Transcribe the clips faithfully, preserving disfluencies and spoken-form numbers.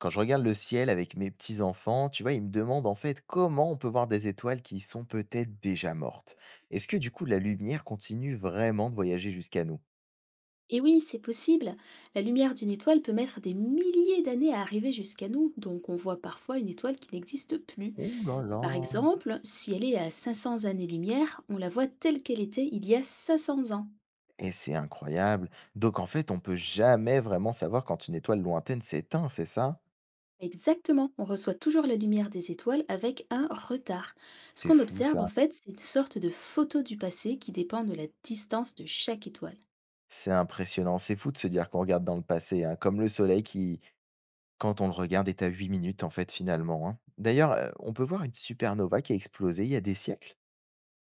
Quand je regarde le ciel avec mes petits-enfants, tu vois, ils me demandent en fait comment on peut voir des étoiles qui sont peut-être déjà mortes. Est-ce que du coup la lumière continue vraiment de voyager jusqu'à nous? Et oui, c'est possible. La lumière d'une étoile peut mettre des milliers d'années à arriver jusqu'à nous, donc on voit parfois une étoile qui n'existe plus. Ouh là là. Par exemple, si elle est à cinq cents années-lumière, on la voit telle qu'elle était il y a cinq cents ans. Et c'est incroyable. Donc en fait, on peut jamais vraiment savoir quand une étoile lointaine s'éteint, c'est ça? Exactement, on reçoit toujours la lumière des étoiles avec un retard. Ce C'est qu'on fou observe en ça. fait, c'est une sorte de photo du passé qui dépend de la distance de chaque étoile. C'est impressionnant. C'est fou de se dire qu'on regarde dans le passé, hein, comme le soleil qui, quand on le regarde, est à huit minutes en fait finalement, hein. D'ailleurs, euh, on peut voir une supernova qui a explosé il y a des siècles.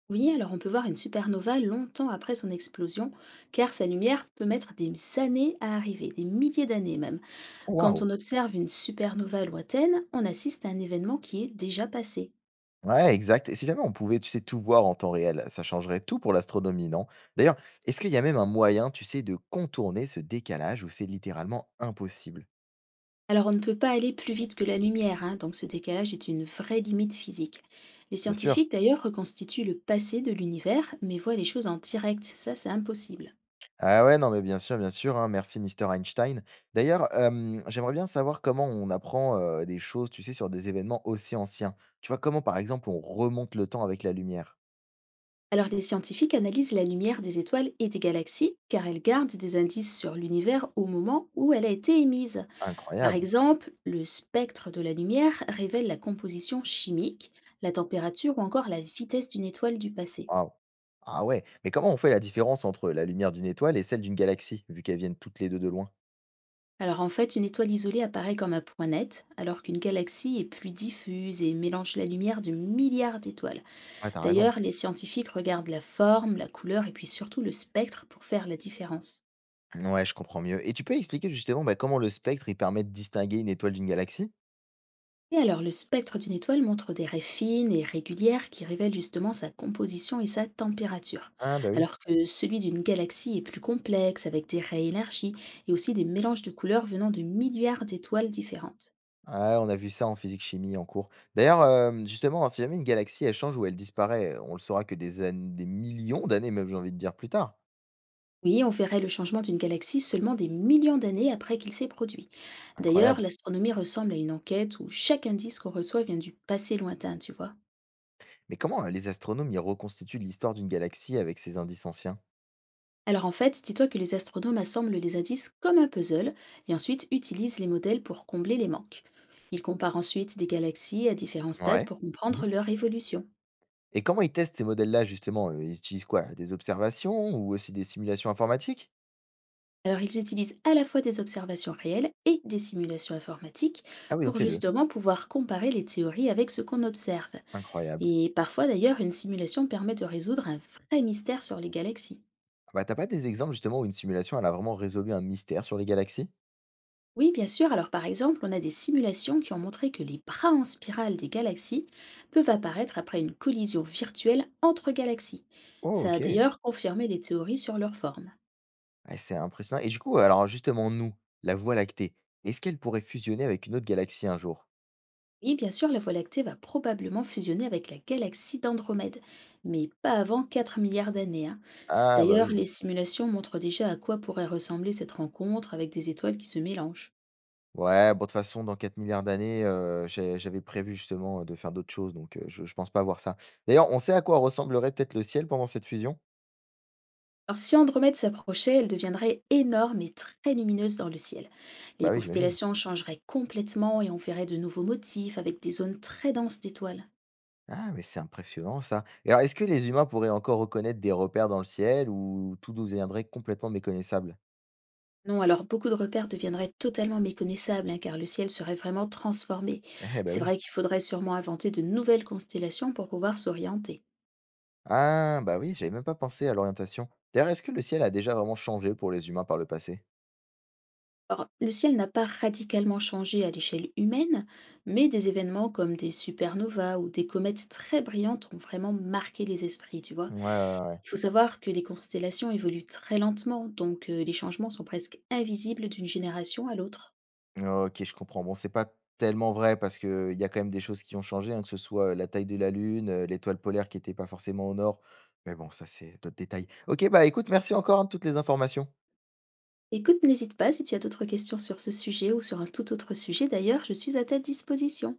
Oui, alors on peut voir une supernova longtemps après son explosion, car sa lumière peut mettre des années à arriver, des milliers d'années même. Quand Waouh. on observe une supernova lointaine, on assiste à un événement qui est déjà passé. Ouais, exact. Et si jamais on pouvait, tu sais, tout voir en temps réel, ça changerait tout pour l'astronomie, non? D'ailleurs, est-ce qu'il y a même un moyen, tu sais, de contourner ce décalage où c'est littéralement impossible? Alors on ne peut pas aller plus vite que la lumière, hein, donc ce décalage est une vraie limite physique. Les Bien sûr. scientifiques d'ailleurs reconstituent le passé de l'univers, mais voient les choses en direct, ça c'est impossible. Ah ouais, non, mais bien sûr, bien sûr, hein, merci Mister Einstein. D'ailleurs, euh, j'aimerais bien savoir comment on apprend euh, des choses, tu sais, sur des événements aussi anciens. Tu vois, comment par exemple on remonte le temps avec la lumière? Alors les scientifiques analysent la lumière des étoiles et des galaxies, car elles gardent des indices sur l'univers au moment où elle a été émise. Par Incroyable. exemple, le spectre de la lumière révèle la composition chimique, la température ou encore la vitesse d'une étoile du passé. Waouh. Ah ouais, mais comment on fait la différence entre la lumière d'une étoile et celle d'une galaxie, vu qu'elles viennent toutes les deux de loin? Alors en fait, une étoile isolée apparaît comme un point net, alors qu'une galaxie est plus diffuse et mélange la lumière de milliards d'étoiles. Ouais, t'as raison. D'ailleurs, les scientifiques regardent la forme, la couleur et puis surtout le spectre pour faire la différence. Ouais, je comprends mieux. Et tu peux expliquer justement bah, comment le spectre il permet de distinguer une étoile d'une galaxie? Et alors, le spectre d'une étoile montre des raies fines et régulières qui révèlent justement sa composition et sa température, Ah bah oui. alors que celui d'une galaxie est plus complexe avec des raies élargies et aussi des mélanges de couleurs venant de milliards d'étoiles différentes. Ah, on a vu ça en physique-chimie en cours. D'ailleurs, euh, justement, hein, si jamais une galaxie elle change ou elle disparaît, on le saura que des années, des millions d'années même, j'ai envie de dire plus tard. Oui, on verrait le changement d'une galaxie seulement des millions d'années après qu'il s'est produit. D'ailleurs, Incroyable. l'astronomie ressemble à une enquête où chaque indice qu'on reçoit vient du passé lointain, tu vois. Mais comment euh, les astronomes ils reconstituent l'histoire d'une galaxie avec ces indices anciens? Alors en fait, dis-toi que les astronomes assemblent les indices comme un puzzle et ensuite utilisent les modèles pour combler les manques. Ils comparent ensuite des galaxies à différents stades Ouais. pour comprendre Mhm. leur évolution. Et comment ils testent ces modèles-là justement? euh, Ils utilisent quoi? Des observations ou aussi des simulations informatiques? Alors ils utilisent à la fois des observations réelles et des simulations informatiques Ah oui, pour donc les deux. justement pouvoir comparer les théories avec ce qu'on observe. Incroyable. Et parfois d'ailleurs, une simulation permet de résoudre un vrai mystère sur les galaxies. Ah bah, t'as pas des exemples justement où une simulation, elle a vraiment résolu un mystère sur les galaxies? Oui, bien sûr, alors par exemple, on a des simulations qui ont montré que les bras en spirale des galaxies peuvent apparaître après une collision virtuelle entre galaxies. Oh, Ça a OK. d'ailleurs confirmé les théories sur leur forme. Ah, c'est impressionnant. Et du coup, euh, alors justement, nous, la Voie lactée, est-ce qu'elle pourrait fusionner avec une autre galaxie un jour? Oui, bien sûr, la Voie lactée va probablement fusionner avec la galaxie d'Andromède, mais pas avant quatre milliards d'années, hein. Ah bah D'ailleurs, oui. les simulations montrent déjà à quoi pourrait ressembler cette rencontre avec des étoiles qui se mélangent. Ouais, bon, de toute façon, dans quatre milliards d'années, heu, j'ai j'avais prévu justement, heu, de faire d'autres choses, donc heu, je je pense pas voir ça. D'ailleurs, on sait à quoi ressemblerait peut-être le ciel pendant cette fusion? Alors, si Andromède s'approchait, elle deviendrait énorme et très lumineuse dans le ciel. Les Bah oui, j'imagine. constellations changeraient complètement et on verrait de nouveaux motifs avec des zones très denses d'étoiles. Ah mais c'est impressionnant ça. Et alors, est-ce que les humains pourraient encore reconnaître des repères dans le ciel ou tout deviendrait complètement méconnaissable? Non, alors beaucoup de repères deviendraient totalement méconnaissables, hein, car le ciel serait vraiment transformé. Eh bah C'est oui. vrai qu'il faudrait sûrement inventer de nouvelles constellations pour pouvoir s'orienter. Ah, bah oui, j'avais même pas pensé à l'orientation. D'ailleurs, est-ce que le ciel a déjà vraiment changé pour les humains par le passé? Or, le ciel n'a pas radicalement changé à l'échelle humaine, mais des événements comme des supernovas ou des comètes très brillantes ont vraiment marqué les esprits, tu vois. Ouais, ouais, ouais. Il faut savoir que les constellations évoluent très lentement, donc euh, les changements sont presque invisibles d'une génération à l'autre. OK, je comprends. Bon, c'est pas tellement vrai parce qu'il y a quand même des choses qui ont changé, hein, que ce soit euh, la taille de la Lune, euh, l'étoile polaire qui n'était pas forcément au nord. Mais bon, ça, c'est d'autres détails. OK, bah écoute, merci encore hein, de toutes les informations. Écoute, n'hésite pas si tu as d'autres questions sur ce sujet ou sur un tout autre sujet d'ailleurs, je suis à ta disposition.